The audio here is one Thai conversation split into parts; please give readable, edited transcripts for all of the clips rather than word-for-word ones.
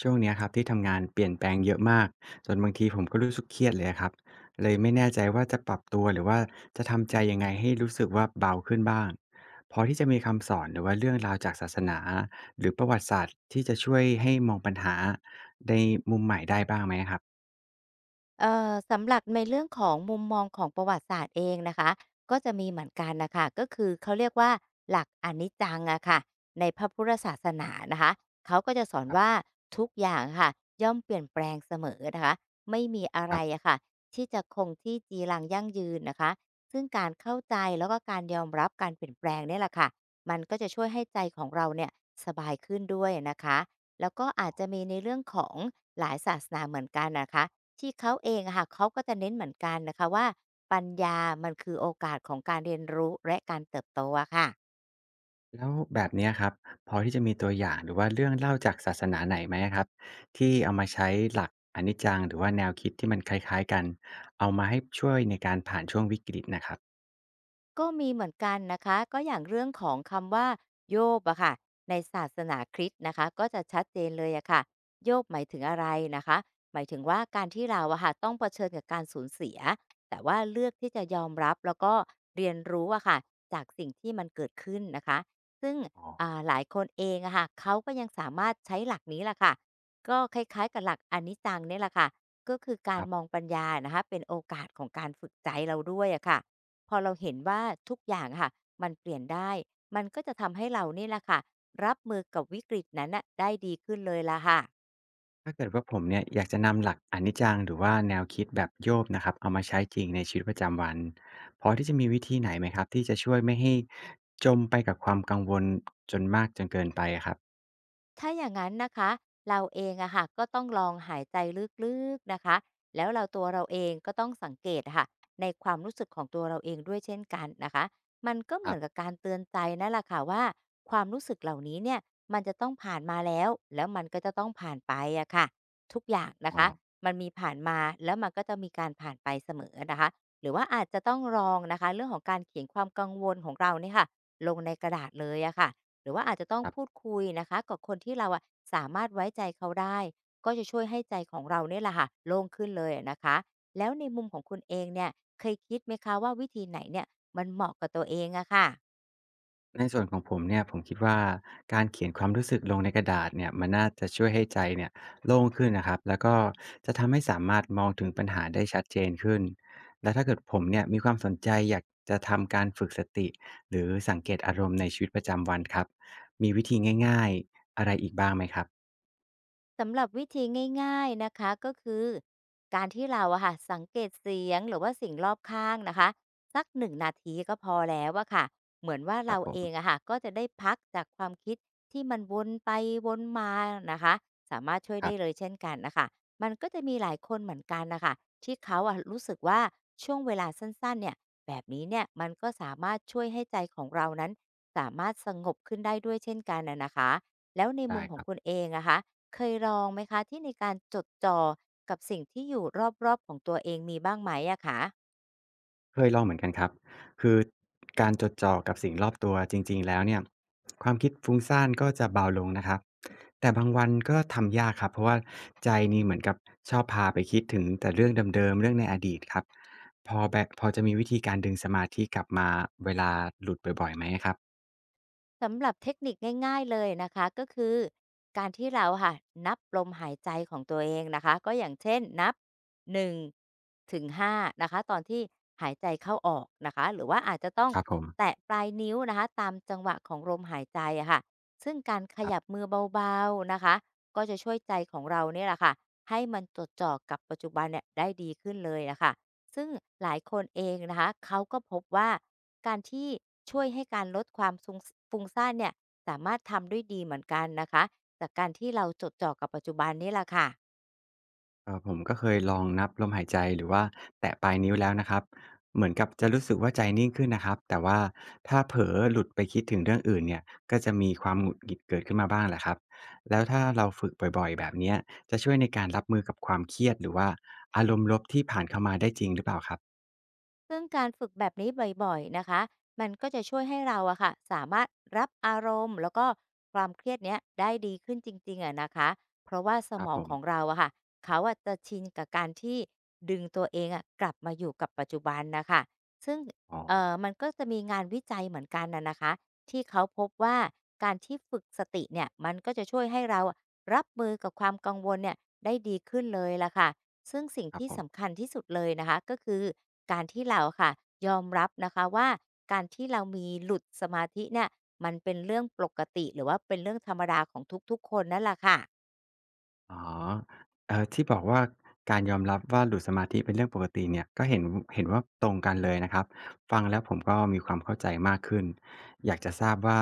ช่วงเนี้ยครับที่ทำงานเปลี่ยนแปลงเยอะมากจนบางทีผมก็รู้สึกเครียดเลยครับเลยไม่แน่ใจว่าจะปรับตัวหรือว่าจะทำใจยังไงให้รู้สึกว่าเบาขึ้นบ้างพอที่จะมีคำสอนหรือว่าเรื่องราวจากศาสนาหรือประวัติศาสตร์ที่จะช่วยให้มองปัญหาในมุมใหม่ได้บ้างไหมครับสำหรับในเรื่องของมุมมองของประวัติศาสตร์เองนะคะก็จะมีเหมือนกันนะคะก็คือเขาเรียกว่าหลักอนิจจังอะค่ะในพระพุทธศาสนานะคะเขาก็จะสอนครับว่าทุกอย่างค่ะย่อมเปลี่ยนแปลงเสมอนะคะไม่มีอะคไรรับอะค่ะที่จะคงที่จีรังยั่งยืนนะคะซึ่งการเข้าใจแล้วก็การยอมรับการเปลี่ยนแปลงเนี่ยแหละค่ะมันก็จะช่วยให้ใจของเราเนี่ยสบายขึ้นด้วยนะคะแล้วก็อาจจะมีในเรื่องของหลายศาสนาเหมือนกันนะคะ ที่เขาเองอะค่ะเขาก็จะเน้นเหมือนกันนะคะว่าปัญญามันคือโอกาสของการเรียนรู้และการเติบโตอะค่ะ แล้วแบบเนี้ยครับพอที่จะมีตัวอย่างหรือว่าเรื่องเล่าจากศาสนาไหนไหมครับที่เอามาใช้หลักอนิจจังหรือว่าแนวคิดที่มันคล้ายๆกันเอามาให้ช่วยในการผ่านช่วงวิกฤตนะครับ ก็มีเหมือนกันนะคะก็อย่างเรื่องของคำว่าโยบอะค่ะในศาสนาคริสต์นะคะก็จะชัดเจนเลยอะค่ะโยบหมายถึงอะไรนะคะหมายถึงว่าการที่เราอะค่ะต้องเผชิญกับการสูญเสียแต่ว่าเลือกที่จะยอมรับแล้วก็เรียนรู้อะค่ะจากสิ่งที่มันเกิดขึ้นนะคะซึ่งอ๋อหลายคนเองอะค่ะเขาก็ยังสามารถใช้หลักนี้แหละค่ะก็คล้ายๆกับหลักอนิจจังเนี่ยแหละค่ะก็คือกาครรัมอบงปัญญานะคะเป็นโอกาสของการฝึกใจเราด้วยอะค่ะ พอเราเห็นว่าทุกอย่างอะค่ะมันเปลี่ยนได้ มันก็จะทำให้เรานี่แหละค่ะรับมือกับวิกฤตนั้นน่ะได้ดีขึ้นเลยล่ะค่ะ ถ้าเกิดว่าผมเนี่ยอยากจะนำหลักอนิจจังหรือว่าแนวคิดแบบโยบนะครับเอามาใช้จริงในชีวิตประจำวันพอที่จะมีวิธีไหนไหมครับที่จะช่วยไม่ให้จมไปกับความกังวลจนมากจนเกินไปอะครับถ้าอย่างนั้นนะคะเราเองอะค่ะก็ต้องลองหายใจลึกๆนะคะแล้วเราตัวเราเองก็ต้องสังเกตค่ะในความรู้สึกของตัวเราเองด้วยเช่นกันนะคะมันก็เหครัมือนกับบการเตือนใจนั่นแหละค่ะว่าความรู้สึกเหล่านี้เนี่ยมันจะต้องผ่านมาแล้วแล้วมันก็จะต้องผ่านไปอะค่ะทุกอย่างนะอ๋อคะครับ มันมีผ่านมาแล้วมันก็จะมีการผ่านไปเสมอนะคะหรือว่าอาจจะต้องลองนะคะเรื่องของการเขียนความกังวลของเราเนี่ยค่ะลงในกระดาษเลยอะค่ะ หรือว่าอาจจะต้องพูดคุยนะคะกับคนที่เราอะสามารถไว้ใจเขาได้ก็จะช่วยให้ใจของเราเนี่ยแหละค่ะโล่งขึ้นเลยอะนะคะแล้วในมุมของคุณเองเนี่ยเคยคิดไหมคะว่าวิธีไหนเนี่ยมันเหมาะกับตัวเองอะค่ะ ในส่วนของผมเนี่ยผมคิดว่าการเขียนความรู้สึกลงในกระดาษเนี่ยมันน่าจะช่วยให้ใจเนี่ยโล่งขึ้นนะครับแล้วก็จะทำให้สามารถมองถึงปัญหาได้ชัดเจนขึ้นแล้วถ้าเกิดผมเนี่ยมีความสนใจอยากจะทำการฝึกสติหรือสังเกตอารมณ์ในชีวิตประจำวันครับมีวิธีง่ายๆอะไรอีกบ้างไหมครับสำหรับวิธีง่ายๆนะคะก็คือการที่เราอะค่ะสังเกตเสียงหรือว่าสิ่งรอบข้างนะคะสักหนงนาทีก็พอแล้วอะค่ะเหมือนว่าครัเราบผเองมอะค่ะก็จะได้พักจากความคิดที่มันวนไปวนมานะคะสามารถช่วยคได้รัเลยบเช่นกันนะคะมันก็จะมีหลายคนเหมือนกันนะคะที่เขาอะรู้สึกว่าช่วงเวลาสั้นๆเนี่ยแบบนี้เนี่ยมันก็สามารถช่วยให้ใจของเรานั้นสามารถสงบขึ้นได้ด้วยเช่นกันนะนะคะแล้วในมุได้มขคองรับ คุณเองนะคะ เคยลองไหมคะที่ในการจดจ่อกับสิ่งที่อยู่รอบๆของตัวเองมีบ้างไหมอะคะเคยลองเหมือนกันครับคือการจดจ่อกับสิ่งรอบตัวจริงๆแล้วเนี่ยความคิดฟุ้งซ่านก็จะเบาลงนะครับแต่บางวันก็ทำยากครับเพราะว่าใจนี่เหมือนกับชอบพาไปคิดถึงแต่เรื่องเดิมๆเรื่องในอดีตครับพอแบบพอจะมีวิธีการดึงสมาธิกลับมาเวลาหลุดบ่อยๆไหมครับสำหรับเทคนิคง่ายๆเลยนะคะก็คือการที่เราค่ะนับลมหายใจของตัวเองนะคะก็อย่างเช่นนับ1ถึง5นะคะตอนที่หายใจเข้าออกนะคะหรือว่าอาจจะต้องครับผมแตะปลายนิ้วนะคะตามจังหวะของลมหายใจอะค่ะซึ่งการขครัยับบ มือเบาๆนะคะก็จะช่วยใจของเราเนี่ยแหละค่ะให้มันจดจ่อกับปัจจุบันเนี่ยได้ดีขึ้นเลยนะคะ ซึ่งหลายคนเองนะคะ เขาก็พบว่าการที่ช่วยให้การลดความซุงฟุ้งซ่านเนี่ยสามารถทำด้วยดีเหมือนกันนะคะ จากการที่เราจดจ่อกับปัจจุบันนี่แหละค่ะ ครับผมก็เคยลองนับลมหายใจหรือว่าแตะปลายนิ้วแล้วนะครับเหมือนกับจะรู้สึกว่าใจนิ่งขึ้นนะครับแต่ว่าถ้าเผลอหลุดไปคิดถึงเรื่องอื่นเนี่ยก็จะมีความหงุดหงิดเกิดขึ้นมาบ้างแหละครับแล้วถ้าเราฝึกบ่อยๆแบบเนี้ยจะช่วยในการรับมือกับความเครียดหรือว่าอารมณ์ลบที่ผ่านเข้ามาได้จริงหรือเปล่าครับซึ่งการฝึกแบบนี้บ่อยๆนะคะมันก็จะช่วยให้เราอะค่ะสามารถรับอารมณ์แล้วก็ความเครียดเนี้ยได้ดีขึ้นจริงๆอะนะคะเพราะว่าสคมรับองผมของเราอะค่ะเขาอะจะชินกับการที่ดึงตัวเองอะกลับมาอยู่กับปัจจุบันนะคะซึ่งอ๋อมันก็จะมีงานวิจัยเหมือนกันนะนะคะที่เขาพบว่าการที่ฝึกสติเนี่ยมันก็จะช่วยให้เราอะรับมือกับความกังวลเนี่ยได้ดีขึ้นเลยล่ะค่ะ ซึ่งสิ่งครับที่ผม สำคัญที่สุดเลยนะคะก็คือการที่เราค่ะยอมรับนะคะว่าการที่เรามีหลุดสมาธิเนี่ยมันเป็นเรื่องปกติหรือว่าเป็นเรื่องธรรมดาของทุกๆคนนั่นแหละค่ะ อ๋อที่บอกว่าการยอมรับว่าหลุดสมาธิเป็นเรื่องปกติเนี่ยก็เห็นว่าตรงกันเลยนะครับฟังแล้วผมก็มีความเข้าใจมากขึ้นอยากจะทราบว่า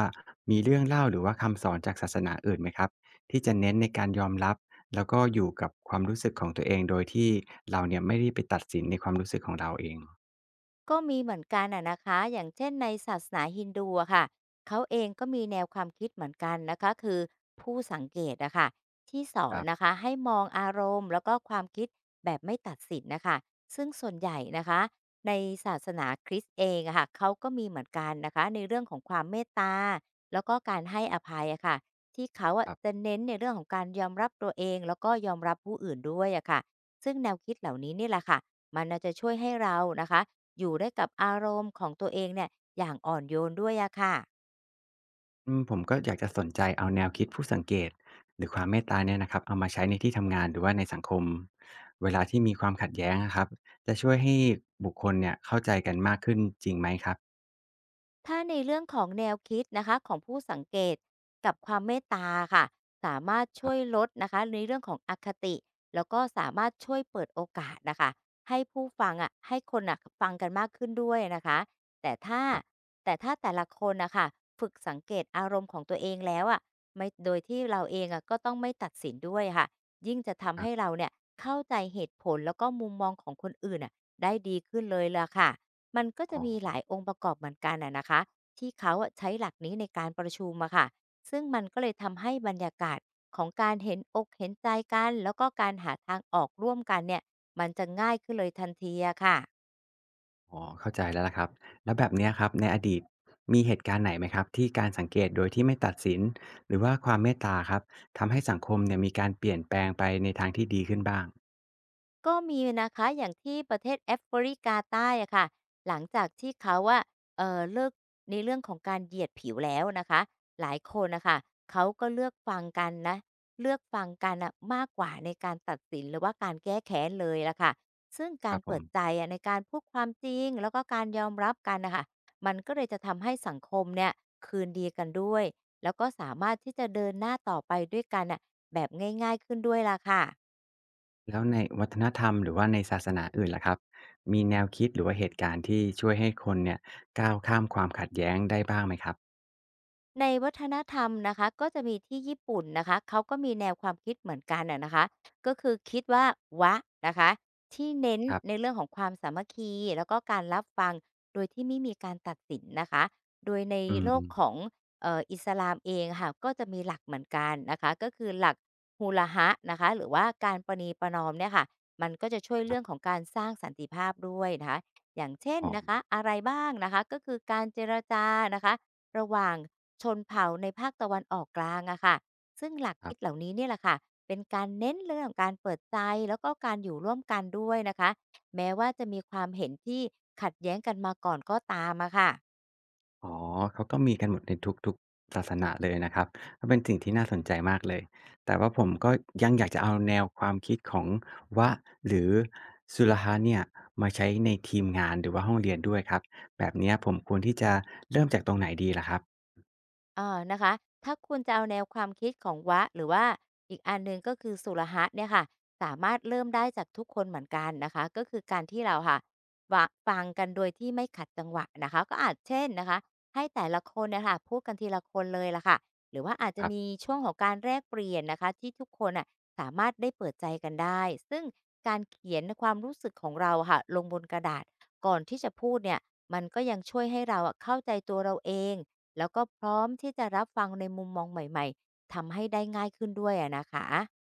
มีเรื่องเล่าหรือว่าคำสอนจากศาสนาอื่นไหมครับที่จะเน้นในการยอมรับแล้วก็อยู่กับความรู้สึกของตัวเองโดยที่เราเนี่ยไม่ได้ไปตัดสินในความรู้สึกของเราเองก็มีเหมือนกันอะนะคะอย่างเช่นในศาสนาฮินดูอะค่ะเขาเองก็มีแนวความคิดเหมือนกันนะคะคือผู้สังเกตอะค่ะที่สอคนนะรัคะให้มองอารมณ์แล้วก็ความคิดแบบไม่ตัดสินนะคะซึ่งส่วนใหญ่นะคะในศาสนาคริสต์เองอะค่ะเขาก็มีเหมือนกันนะคะในเรื่องของความเมตตาแล้วก็การให้อภัยอะค่ะที่เขาอะบๆ จะเน้นในเรื่องของการยอมรับตัวเองแล้วก็ยอมรับผู้อื่นด้วยอะค่ะซึ่งแนวคิดเหล่านี้นี่แหละค่ะมันน่าจะช่วยให้เรานะคะ อยู่ได้กับอารมณ์ของตัวเองเนี่ยอย่างอ่อนโยนด้วยอะค่ะ อืมผมก็อยากจะสนใจเอาแนวคิดผู้สังเกตหรือความเมตตาเนี่ยนะครับเอามาใช้ในที่ทำงานหรือว่าในสังคมเวลาที่มีความขัดแย้งอะครับจะช่วยให้บุคคลเนี่ยเข้าใจกันมากขึ้นจริงไหมครับถ้าในเรื่องของแนวคิดนะคะของผู้สังเกตกับความเมตตาค่ะสามารถคช่รัวยบลดนะคะในเรื่องของอคติแล้วก็สามารถช่วยเปิดโอกาสนะคะให้ผู้ฟังอ่ะให้คนอ่ะฟังกันมากขึ้นด้วยนะคะแต่ถ้าครับแต่ถ้าแต่ละคนนะคะฝึกสังเกตอารมณ์ของตัวเองแล้วอ่ะไม่โดยที่เราเองอ่ะก็ต้องไม่ตัดสินด้วยค่ะยิ่งจะคทำรัให้เราบเนี่ยเข้าใจเหตุผลแล้วก็มุมมองของคนอื่นอ่ะได้ดีขึ้นเลยล่ะค่ะ มันก็จะอ๋อมีหลายองค์ประกอบเหมือนกันอะนะคะที่เขาอะใช้หลักนี้ในการประชุมอะค่ะซึ่งมันก็เลยทำให้บรรยากาศของการเห็นอกเห็นใจกันแล้วก็การหาทางออกร่วมกันเนี่ยมันจะง่ายขึ้นเลยทันทีอะค่ะ อ๋อเข้าใจแล้วล่ะครับแล้วแบบเนี้ยครับในอดีตมีเหตุการณ์ไหนไหมครับที่การสังเกตโดยที่ไม่ตัดสินหรือว่าความเมตตาครับทำให้สังคมเนี่ยมีการเปลี่ยนแปลงไปในทางที่ดีขึ้นบ้างก็มีนะคะอย่างที่ประเทศแอฟริกาใต้อะค่ะหลังจากที่เขาว่าเลิกในเรื่องของการเหยียดผิวแล้วนะคะหลายคนน่ะคะเขาก็เลือกฟังกันนะเลือกฟังกันนะมากกว่าในการตัดสินหรือว่าการแก้แค้นเลยละค่ะซึ่งกาครรับผเปิม ดใจอะในการพูดความจริงแล้วก็การยอมรับกันนะคะมันก็เลยจะทำให้สังคมเนี่ยคืนดีกันด้วยแล้วก็สามารถที่จะเดินหน้าต่อไปด้วยกันน่ะแบบง่ายๆขึ้นด้วยล่ะค่ะ แล้วในวัฒนธรรมหรือว่าในศาสนาอื่นล่ะครับมีแนวคิดหรือว่าเหตุการณ์ที่ช่วยให้คนเนี่ยก้าวข้ามความขัดแย้งได้บ้างไหมครับในวัฒนธรรมนะคะก็จะมีที่ญี่ปุ่นนะคะเขาก็มีแนวความคิดเหมือนกันอะนะคะก็คือคิดว่าวะนะคะที่เน้นครัในบเรื่องของความสามัคคีแล้วก็การรับฟังโดยที่ไม่มีการตัดสินนะคะโดยในอืโลมกของอิสลามเองค่ะก็จะมีหลักเหมือนกันนะคะก็คือหลักฮ u l a h นะคะหรือว่าการประนีประนอมเนี่ยค่ะมันก็จะช่วยครัเรื่อบงของการสร้างสันติภาพด้วยนะคะอย่างเช่นอ๋อนะคะอะไรบ้างนะคะก็คือการเจรจานะคะ ระหว่างชนเผ่าในภาคตะวันออกกลางอะค่ะซึ่งหลักคคิรัดเหบล่านี้เนี่ยแหละค่ะเป็นการเน้นเรื่องของการเปิดใจแล้วก็การอยู่ร่วมกันด้วยนะคะแม้ว่าจะมีความเห็นที่ขัดแย้งกันมาก่อนก็ตามอะค่ะ อ๋อเขาก็มีกันหมดในทุกๆศาสนาเลยนะครับก็เป็นสิ่งที่น่าสนใจมากเลยแต่ว่าผมก็ยังอยากจะเอาแนวความคิดของวะหรือสุลฮะห์เนี่ยมาใช้ในทีมงานหรือว่าห้องเรียนด้วยครับแบบเนี้ยผมควรที่จะเริ่มจากตรงไหนดีล่ะครับอออนะคะถ้าคุณจะเอาแนวความคิดของวะหรือว่าอีกอันหนึ่งก็คือสุรหะเนี่ยค่ะสามารถเริ่มได้จากทุกคนเหมือนกันนะคะก็คือการที่เราค่ะวะฟังกันโดยที่ไม่ขัดจังหวะนะคะก็อาจเช่นนะคะให้แต่ละคนเนี่ยค่ะพูดกันทีละคนเลยละค่ะหรือว่าอาจจะครัมีบ ช่วงของการแลกเปลี่ยนนะคะที่ทุกคนอ่ะสามารถได้เปิดใจกันได้ซึ่งการเขียนความรู้สึกของเราค่ะลงบนกระดาษก่อนที่จะพูดเนี่ยมันก็ยังช่วยให้เราอะเข้าใจตัวเราเอง แล้วก็พร้อมที่จะรับฟังในมุมมองใหม่ๆ ทำให้ได้ง่ายขึ้นด้วยอะนะคะ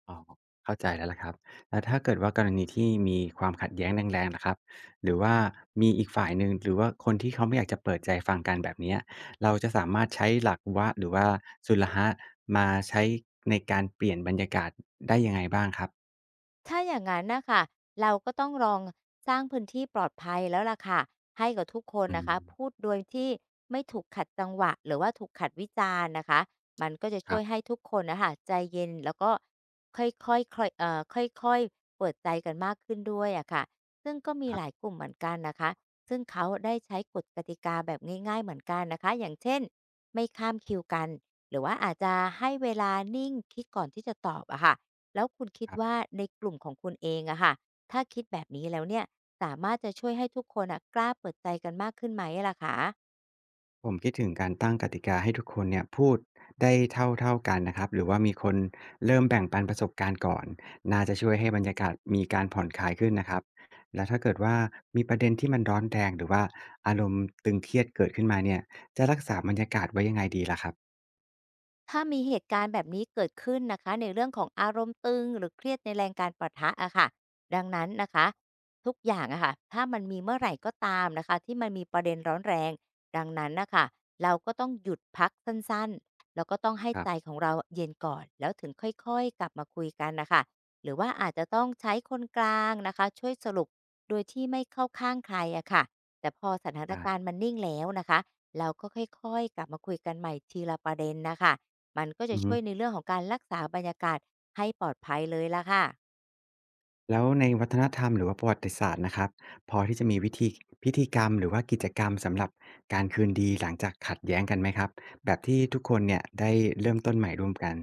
อ๋อเข้าใจแล้วล่ะครับแล้วถ้าเกิดว่ากรณีที่มีความขัดแย้งแรงๆล่ะครับหรือว่ามีอีกฝ่ายหนึ่งหรือว่าคนที่เขาไม่อยากจะเปิดใจฟังกันแบบเนี้ยเราจะสามารถใช้หลักวะหรือว่าสุลหะมาใช้ในการเปลี่ยนบรรยากาศได้ยังไงบ้างครับถ้าอย่างนั้นนะค่ะเราก็ต้องลองสร้างพื้นที่ปลอดภัยแล้วล่ะค่ะให้กับทุกคนอืนะมคะพูดโดยที่ไม่ถูกขัดจังหวะหรือว่าถูกขัดวิจารณ์นะคะมันก็จะคช่รัวยให้ทุกคนนะคะใจเย็นแล้วก็ค่อยๆค่อยๆเปิดใจกันมากขึ้นด้วยอะค่ะซึ่งก็มีบหๆ ลายกลุ่มเหมือนกันนะคะซึ่งเขาได้ใช้กฎกติกาแบบง่ายๆเหมือนกันนะคะอย่างเช่นไม่ข้ามคิวกันหรือว่าอาจจะให้เวลานิ่งคิดก่อนที่จะตอบอะค่ะ แล้วคุณคิดว่าในกลุ่มของคุณเองอะค่ะถ้าคิดแบบนี้แล้วเนี่ยสามารถจะช่วยให้ทุกคนอะกล้าเปิดใจกันมากขึ้นไหมล่ะคะ ผมคิดถึงการตั้งกติกาให้ทุกคนเนี่ยพูดได้เท่าๆกันนะครับหรือว่ามีคนเริ่มแบ่งปันประสบการณ์ก่อนน่าจะช่วยให้บรรยากาศมีการผ่อนคลายขึ้นนะครับแล้วถ้าเกิดว่ามีประเด็นที่มันร้อนแรงหรือว่าอารมณ์ตึงเครียดเกิดขึ้นมาเนี่ยจะรักษาบรรยากาศไว้ยังไงดีล่ะครับถ้ามีเหตุการณ์แบบนี้เกิดขึ้นนะคะในเรื่องของอารมณ์ตึงหรือเครียดในแรงการปะทะอะค่ะดังนั้นนะคะทุกอย่างอะค่ะถ้ามันมีเมื่อไหร่ก็ตามนะคะที่มันมีประเด็นร้อนแรงดังนั้นนะคะเราก็ต้องหยุดพักสั้นๆแล้วก็ต้องให้ครัใจบของเราเย็นก่อนแล้วถึงค่อยๆกลับมาคุยกันนะคะหรือว่าอาจจะต้องใช้คนกลางนะคะช่วยสรุปโดยที่ไม่เข้าข้างใครอะค่ะแต่พอสถานได้การณ์มันนิ่งแล้วนะคะเราก็ค่อยๆกลับมาคุยกันใหม่ทีละประเด็นนะคะ มันก็จะอือฮึช่วยในเรื่องของการรักษาบรรยากาศให้ปลอดภัยเลยล่ะค่ะ แล้วในวัฒนธรรมหรือว่าประวัติศาสตร์นะครับพอที่จะมีวิธีพิธีกรรมหรือว่ากิจกรรมสำหรับการคืนดีหลังจากขัดแย้งกันไหมครับแบบที่ทุกคนเนี่ยได้เริ่มต้นใหม่ร่วมกัน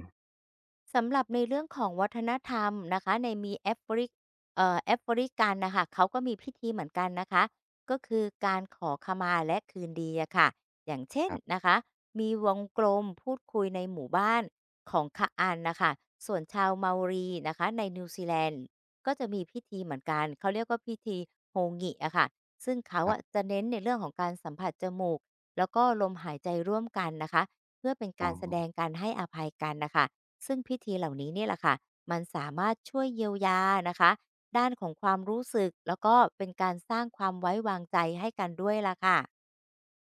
สำหรับในเรื่องของวัฒนธรรมนะคะในมีแอฟริกแอฟริกันนะคะเขาก็มีพิธีเหมือนกันนะคะก็คือการขอขมาและคืนดีอะค่ะอย่างเช่นครับนะคะมีวงกลมพูดคุยในหมู่บ้านของคาอันนะคะส่วนชาวเมารีนะคะในนิวซีแลนด์ก็จะมีพิธีเหมือนกันเขาเรียกว่าพิธีโฮงิอะค่ะซึ่งเขาครัอะบจะเน้นในเรื่องของการสัมผัสจมูกแล้วก็ลมหายใจร่วมกันนะคะเพื่อเป็นอ๋กาอรแสดงการให้อภัยกันนะคะ ซึ่งพิธีเหล่านี้เนี่ยแหละค่ะ มันสามารถช่วยเยียวยานะคะ ด้านของความรู้สึกแล้วก็เป็นการสร้างความไว้วางใจให้กันด้วยล่ะค่ะ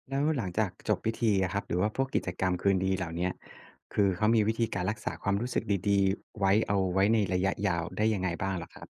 แล้วหลังจากจบพิธีอะครับหรือว่าพวกกิจกรรมคืนดีเหล่าเนี้ยคือเขามีวิธีการรักษาความรู้สึกดีๆไว้เอาไว้ในระยะยาวได้ยังไงบ้างเหรอครับ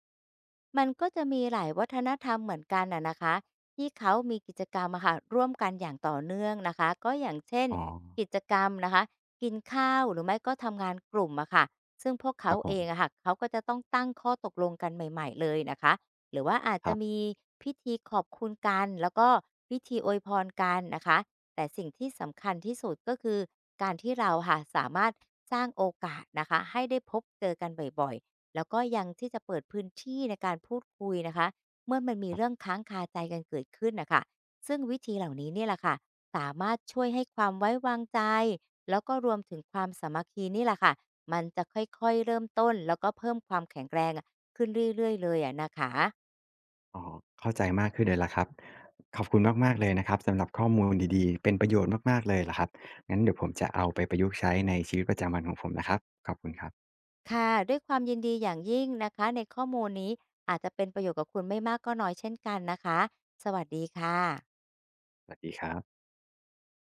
มันก็จะมีหลายวัฒนธรรมเหมือนกันอะนะคะที่เขามีกิจกรรมอะค่ะร่วมกันอย่างต่อเนื่องนะคะก็อย่างเช่นอ๋อกิจกรรมนะคะกินข้าวหรือไม่ก็ทำงานกลุ่มอะค่ะซึ่งพวกคเขารับผเอมงอะค่ะเขาก็จะต้องตั้งข้อตกลงกันใหม่ๆเลยนะคะหรือว่าอาจคจะรัมีบพิธีขอบคุณกันแล้วก็พิธีอวยพรกันนะคะแต่สิ่งที่สำคัญที่สุดก็คือการที่เราค่ะสามารถสร้างโอกาสนะคะให้ได้พบเจอกันบ่อยๆ แล้วก็ยังที่จะเปิดพื้นที่ในการพูดคุยนะคะเมื่อมันมีเรื่องค้างคาใจกันเกิดขึ้นน่ะค่ะซึ่งวิธีเหล่านี้เนี่ยแหละค่ะสามารถช่วยให้ความไว้วางใจแล้วก็รวมถึงความสามัคคีนี่แหละค่ะมันจะค่อยๆเริ่มต้นแล้วก็เพิ่มความแข็งแรงอะขึ้นเรื่อยๆเลยอะนะคะอ๋อเข้าใจมากขึ้นเลยล่ะครับขอบคุณมากๆเลยนะครับสำหรับข้อมูลดีๆเป็นประโยชน์มากๆเลยล่ะครับงั้นเดี๋ยวผมจะเอาไปประยุกต์ใช้ในชีวิตประจำวันของผมนะครับขอบคุณครับค่ะด้วยความยินดีอย่างยิ่งนะคะในข้อมูลนี้อาจจะเป็นประโยชน์กับคุณไม่มากก็น้อยเช่นกันนะคะสวัสดีค่ะสวัสดีครับ